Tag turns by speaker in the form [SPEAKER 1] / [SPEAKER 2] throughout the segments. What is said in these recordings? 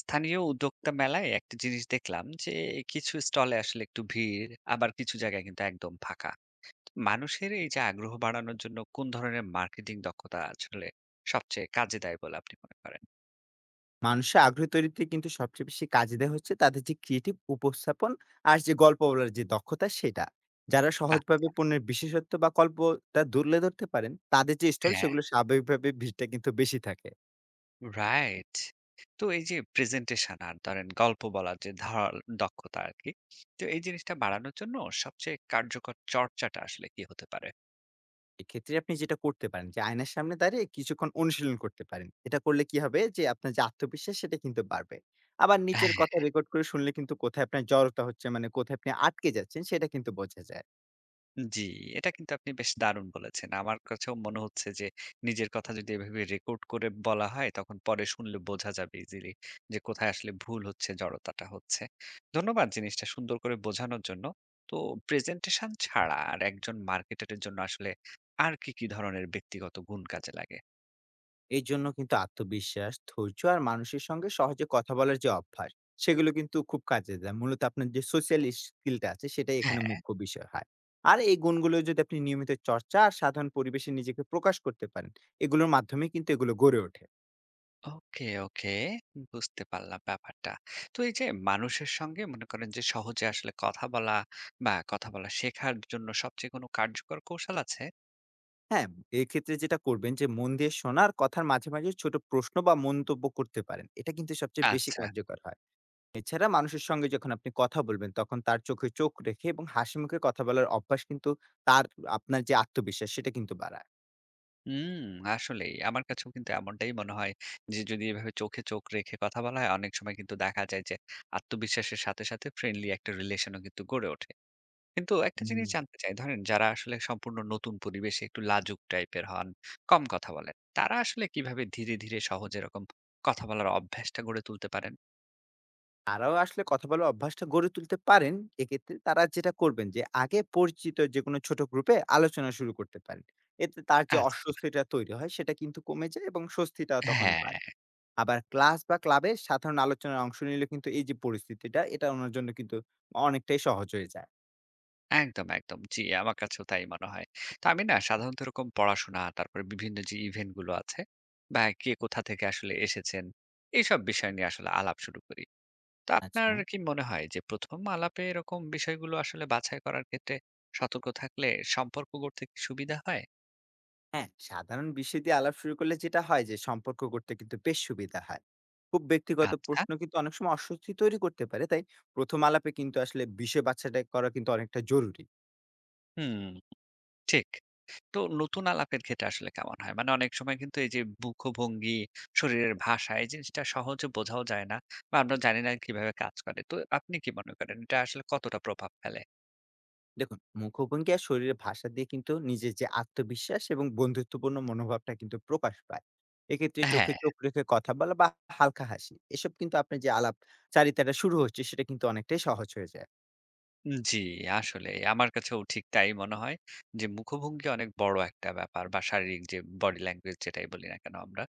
[SPEAKER 1] স্থানীয় উদ্যোক্তা মেলায় একটা জিনিস দেখলাম যে কিছু স্টলে আসলে একটু ভিড় আবার কিছু জায়গায় কিন্তু একদম ফাঁকা। মানুষের এই যে আগ্রহ বাড়ানোর জন্য কোন ধরনের মার্কেটিং দক্ষতা আসলে সবচেয়ে কাজে দেয় বলে আপনি মনে করেন?
[SPEAKER 2] মানুষের আগ্রহ তৈরিতে কিন্তু সবচেয়ে বেশি কাজে দেয় হচ্ছে তাদের যে ক্রিয়েটিভ উপস্থাপন আর যে গল্প বলার যে দক্ষতা সেটা। যারা সহজভাবে
[SPEAKER 1] আচ্ছা,
[SPEAKER 2] পণ্যের বিশেষত্ব বা গল্পটা তুলে ধরতে পারেন, তাদের যে স্টল
[SPEAKER 1] হ্যাঁ,
[SPEAKER 2] সেগুলো স্বাভাবিকভাবে ভিড়টা কিন্তু বেশি থাকে।
[SPEAKER 1] রাইট। তো এই যে প্রেজেন্টেশন আর ধরেন গল্প বলার যে ধারাল দক্ষতা আর কি, তো এই জিনিসটা বাড়ানোর জন্য সবচেয়ে কার্যকর চর্চাটা আসলে কি হতে পারে?
[SPEAKER 2] এক্ষেত্রে আপনি যেটা করতে পারেন যে আয়নার সামনে দাঁড়িয়ে কিছুক্ষণ অনুশীলন করতে পারেন। এটা করলে কি হবে যে আপনার যে আত্মবিশ্বাস সেটা কিন্তু বাড়বে। আবার নিচের কথা রেকর্ড করে শুনলে কিন্তু কোথায় আপনার জড়তা হচ্ছে মানে কোথায় আপনি আটকে যাচ্ছেন সেটা কিন্তু বোঝা যায়।
[SPEAKER 1] জি, এটা কিন্তু আপনি বেশ দারুণ বলেছেন। আমার কাছেও মনে হচ্ছে যে নিজের কথা যদি এভাবে রেকর্ড করে বলা হয় তখন পরে শুনলে বোঝা যাবে ইজিলি যে কোথায় আসলে ভুল হচ্ছে, জড়তাটা হচ্ছে। ধন্যবাদ জিনিসটা সুন্দর করে বোঝানোর জন্য। তো প্রেজেন্টেশন ছাড়া আর একজন মার্কেটারের জন্য আসলে আর কি, কি ধরনের ব্যক্তিগত গুণ কাজে লাগে?
[SPEAKER 2] এর জন্য কিন্তু আত্মবিশ্বাস, ধৈর্য আর মানুষের সঙ্গে সহজে কথা বলার যে অভ্যাস, সেগুলো কিন্তু খুব কাজে দেয়। মূলত আপনার যে সোশ্যাল স্কিলটা আছে সেটাই এখানে
[SPEAKER 1] হ্যাঁ।
[SPEAKER 2] মুখ্য বিষয় হয়। আর এই গুণগুলো যদি আপনি নিয়মিত চর্চা আর সাধারণ পরিবেশে নিজেকে প্রকাশ করতে পারেন, এগুলোর মাধ্যমে কিন্তু এগুলো গড়ে ওঠে।
[SPEAKER 1] ওকে, ওকে, বুঝতে পারলাম ব্যাপারটা। তো এই যে মানুষের সঙ্গে মনে করেন যে সহজে আসলে কথা বলা বা কথা বলা শেখার জন্য সবচেয়ে কোনো কার্যকর কৌশল আছে?
[SPEAKER 2] হ্যাঁ, এক্ষেত্রে যেটা করবেন যে মন দিয়ে শোনা আর কথার মাঝে, মাঝে ছোট প্রশ্ন বা মন্তব্য করতে পারেন। এটা কিন্তু সবচেয়ে বেশি
[SPEAKER 1] আচ্ছা।
[SPEAKER 2] কার্যকর হয়। এছাড়া মানুষের সঙ্গে যখন আপনি কথা বলবেন, তখন তার চোখে চোখ রেখে এবং হাসিমুখে কথা বলার অভ্যাস কিন্তু তার আপনার যে আত্মবিশ্বাস সেটা কিন্তু বাড়ায়।
[SPEAKER 1] হুম, আসলেই। আমার কাছেও কিন্তু এমনটাই মনে হয় যে যদি এভাবে চোখে চোখ রেখে কথা বলা হয় অনেক সময় কিন্তু দেখা যায় যে আত্মবিশ্বাসের সাথে, সাথে ফ্রেন্ডলি একটা রিলেশনও কিন্তু গড়ে ওঠে। কিন্তু একটা জিনিস
[SPEAKER 2] হুম।
[SPEAKER 1] জানতে চাই, ধরেন যারা আসলে সম্পূর্ণ নতুন পরিবেশে একটু লাজুক টাইপের হন, কম কথা বলেন, তারা আসলে কিভাবে ধীরে, ধীরে সহজ এরকম কথা বলার অভ্যাসটা গড়ে তুলতে পারেন?
[SPEAKER 2] তারাও আসলে কথা বলার অভ্যাসটা গড়ে তুলতে পারেন। এক্ষেত্রে তারা যেটা করবেন যে আগে পরিচিত যেকোনো ছোট গ্রুপে আলোচনা শুরু করতে পারেন। এতে তার যে
[SPEAKER 1] আচ্ছা,
[SPEAKER 2] অস্বস্তিটা তৈরি হয় সেটা কিন্তু কমে যায় এবং স্বস্তিটাও তখন
[SPEAKER 1] হ্যাঁ,
[SPEAKER 2] বাড়ে। আবার ক্লাস বা ক্লাবে সাধারণ আলোচনায় অংশ নিলে কিন্তু এই যে পরিস্থিতিটা এটা ওনার জন্য কিন্তু অনেকটাই সহজ হয়ে যায়।
[SPEAKER 1] একদম, একদম। জি, আমার কাছেও তাই মনে হয়। তো আমি না সাধারণত এরকম পড়াশোনা, তারপরে বিভিন্ন যে ইভেন্ট গুলো আছে বা কে কোথা থেকে আসলে এসেছেন, এইসব বিষয় নিয়ে আসলে আলাপ শুরু করি। তো আপনার
[SPEAKER 2] আচ্ছা।
[SPEAKER 1] কি মনে হয় যে ১ম আলাপে এরকম বিষয়গুলো আসলে বাছাই করার ক্ষেত্রে সতর্ক থাকলে সম্পর্ক গড়তে কি সুবিধা হয়?
[SPEAKER 2] হ্যাঁ, সাধারণ বিষয় দিয়ে আলাপ শুরু করলে যেটা হয় যে সম্পর্ক গড়তে কিন্তু বেশ সুবিধা হয়। খুব ব্যক্তিগত
[SPEAKER 1] আচ্ছা।
[SPEAKER 2] প্রশ্ন কিন্তু অনেক সময় অস্বস্তি তৈরি করতে পারে। তাই ১ম আলাপে কিন্তু আসলে বিষয় বাছাই করা কিন্তু অনেকটা জরুরি।
[SPEAKER 1] হুম, ঠিক। তো নতুন আলাপের ক্ষেত্রে আসলে কেমন হয়? মানে অনেক সময় কিন্তু এই যে মুখভঙ্গি, শরীরের ভাষা এই জিনিসটা সহজে বোঝাও যায় না বা আমরা জানি না কিভাবে কাজ করে। তো আপনি কি মনে করেন এটা আসলে কতটা প্রভাব ফেলে?
[SPEAKER 2] দেখুন মুখভঙ্গি আর শরীরের ভাষা দিয়ে কিন্তু নিজের যে আত্মবিশ্বাস এবং বন্ধুত্বপূর্ণ মনোভাবটা কিন্তু প্রকাশ পায়। এক্ষেত্রে চোখে
[SPEAKER 1] হ্যাঁ,
[SPEAKER 2] চোখ রেখে কথা বলা বা হালকা হাসি এসব কিন্তু আপনার যে আলাপচারিতাটা শুরু হচ্ছে সেটা কিন্তু অনেকটাই সহজ হয়ে যায়।
[SPEAKER 1] জি আসলেই। আমার কাছেও ঠিক তাই মনে হয় যে মুখভঙ্গি অনেক বড় একটা ব্যাপার বা শারীরিক যে বডি ল্যাঙ্গুয়েজ যেটাই বলি না কেন আমরা।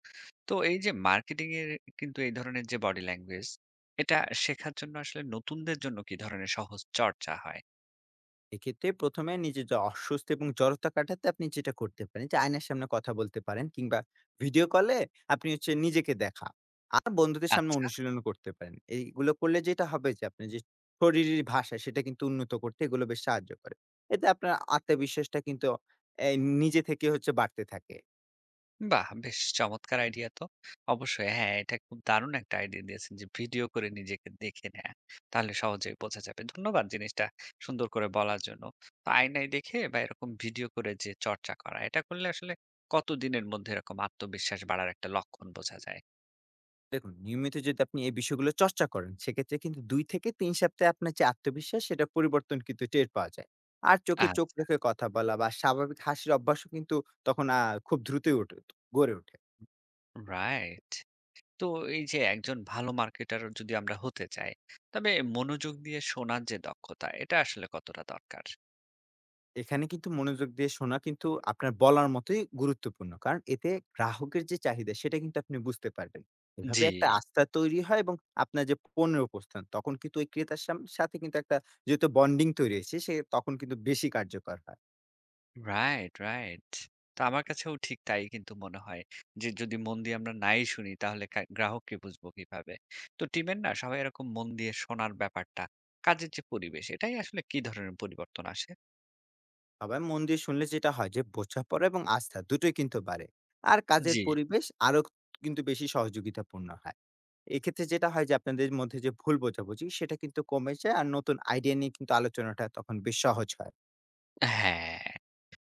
[SPEAKER 1] তো এই যে মার্কেটিং এর কিন্তু এই ধরনের যে বডি ল্যাঙ্গুয়েজ এটা শেখার জন্য আসলে নতুনদের জন্য কি ধরনের সহজ চর্চা হয়?
[SPEAKER 2] এক্ষেত্রে ১ম এ নিজের যে অস্বস্তি এবং জড়তা কাটাতে আপনি যেটা করতে পারেন যে আয়নার সামনে কথা বলতে পারেন কিংবা ভিডিও কলে আপনি হচ্ছে নিজেকে দেখা। আর বন্ধুদের সামনে
[SPEAKER 1] আচ্ছা।
[SPEAKER 2] অনুশীলন করতে পারেন। এইগুলো করলে যেটা হবে যে আপনার যে শরীরের ভাষা সেটা কিন্তু উন্নত করতে এগুলো বেশ সাহায্য করে। এতে আপনার আত্মবিশ্বাসটা কিন্তু এ নিজে থেকে হচ্ছে বাড়তে থাকে।
[SPEAKER 1] বাহ! বেশ চমৎকার আইডিয়া তো। অবশ্যই হ্যাঁ, এটা খুব দারুণ একটা আইডিয়া দিয়েছেন যে ভিডিও করে নিজেকে দেখে নেয়া। তাহলে সহজেই বোঝা যাবে। ধন্যবাদ জিনিসটা সুন্দর করে বলার জন্য। তো আয়নায় দেখে বা এরকম ভিডিও করে যে চর্চা করা, এটা করলে আসলে কতদিনের মধ্যে এরকম আত্মবিশ্বাস বাড়ার একটা লক্ষণ বোঝা যায়?
[SPEAKER 2] দেখুন, নিয়মিত যদি আপনি এই বিষয়গুলো চর্চা করেন, সেক্ষেত্রে কিন্তু ২ থেকে ৩ সপ্তাহে আপনার যে আত্মবিশ্বাস, সেটা পরিবর্তন কিন্তু টের পাওয়া যায়। আর চোখে চোখ
[SPEAKER 1] আচ্ছা,
[SPEAKER 2] রেখে কথা বলা বা স্বাভাবিক হাসির অভ্যাসও কিন্তু তখন খুব দ্রুতই গড়ে ওঠে।
[SPEAKER 1] রাইট। তো এই যে একজন ভালো মার্কেটার যদি আমরা হতে চাই, তবে মনোযোগ দিয়ে শোনার যে দক্ষতা, এটা আসলে কতটা দরকার?
[SPEAKER 2] এখানে কিন্তু মনোযোগ দিয়ে শোনা কিন্তু আপনার বলার মতোই গুরুত্বপূর্ণ। কারণ এতে গ্রাহকের যে চাহিদা, সেটা কিন্তু আপনি বুঝতে পারবেন। এভাবে
[SPEAKER 1] জি।
[SPEAKER 2] একটা আস্থা তৈরি হয় এবং আপনার যে পণ্যের উপস্থান, তখন কিন্তু ওই ক্রেতার সাথে কিন্তু একটা যেহেতু বন্ডিং তৈরি হয়েছে, সে তখন কিন্তু বেশি কার্যকর হয়।
[SPEAKER 1] Right, right. তো আমার কাছেও ঠিক তাই কিন্তু মনে হয় যে যদি মন দিয়ে আমরা নাই শুনি তাহলে গ্রাহককে বুঝবো কিভাবে? তো টিমের না সবাই এরকম মন দিয়ে শোনার ব্যাপারটা, কাজের যে পরিবেশ এটাই আসলে কি ধরনের পরিবর্তন আসে?
[SPEAKER 2] সবাই মন দিয়ে শুনলে যেটা হয় যে বোঝাপড়া এবং আস্থা দুটোই কিন্তু বাড়ে আর কাজের
[SPEAKER 1] জি।
[SPEAKER 2] পরিবেশ আরো কিন্তু বেশি সহযোগিতাপূর্ণ হয়। এক্ষেত্রে যেটা হয় যে আপনাদের মধ্যে যে ভুল বোঝাবুঝি সেটা কিন্তু কমে যায় আর নতুন আইডিয়া নিয়ে কিন্তু আলোচনাটা তখন বেশ সহজ হয়।
[SPEAKER 1] হ্যাঁ,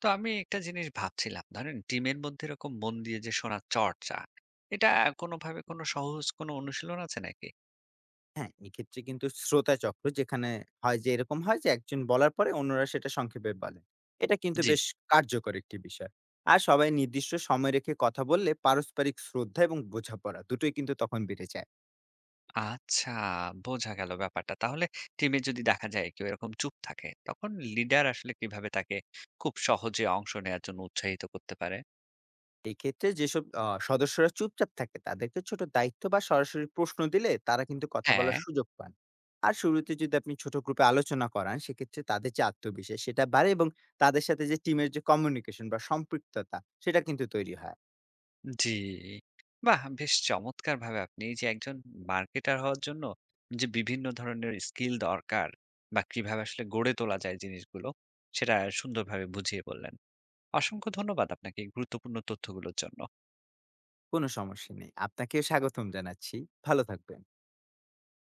[SPEAKER 1] তো আমি একটা জিনিস ভাবছিলাম ধরেন টিমের মধ্যে এরকম মন দিয়ে যে শোনার চর্চা, এটা কোনোভাবে কোনো সহজ কোনো অনুশীলন আছে নাকি?
[SPEAKER 2] হ্যাঁ, এক্ষেত্রে কিন্তু শ্রোতা চক্র যেখানে হয় যে এরকম হয় যে একজন বলার পরে অন্যরা সেটা সংক্ষেপে বলেন, এটা কিন্তু
[SPEAKER 1] জি।
[SPEAKER 2] বেশ কার্যকর একটি বিষয়। আর সবাই নির্দিষ্ট সময় রেখে কথা বললে পারস্পরিক শ্রদ্ধা এবং বোঝাপড়া দুটোই কিন্তু তখন বেড়ে যায়।
[SPEAKER 1] আচ্ছা, বোঝা গেল ব্যাপারটা। তাহলে টিমে যদি দেখা যায় কেউ এরকম চুপ থাকে, তখন লিডার আসলে কিভাবে তাকে খুব সহজে অংশ নেয়ার জন্য উৎসাহিত করতে পারে?
[SPEAKER 2] এক্ষেত্রে যেসব সদস্যরা চুপচাপ থাকে তাদেরকে ছোট দায়িত্ব বা সরাসরি প্রশ্ন দিলে তারা কিন্তু কথা
[SPEAKER 1] হ্যাঁ,
[SPEAKER 2] বলার সুযোগ পান। আর শুরুতে যদি আপনি ছোট গ্রুপে আলোচনা করান সেক্ষেত্রে তাদের যে আত্মবিশ্বাস সেটা বাড়ে এবং তাদের সাথে যে টিমের যে কমিউনিকেশন বা সম্পৃক্ততা সেটা কিন্তু তৈরি হয়।
[SPEAKER 1] জি। বাহ! বেশ চমৎকারভাবে আপনি এই যে একজন মার্কেটার হওয়ার জন্য যে বিভিন্ন ধরনের স্কিল দরকার বা কিভাবে আসলে গড়ে তোলা যায় জিনিসগুলো, সেটা সুন্দরভাবে বুঝিয়ে বললেন। অসংখ্য ধন্যবাদ আপনাকে এই গুরুত্বপূর্ণ তথ্যগুলোর জন্য।
[SPEAKER 2] কোনো সমস্যা নেই। আপনাকেও স্বাগতম জানাচ্ছি। ভালো থাকবেন।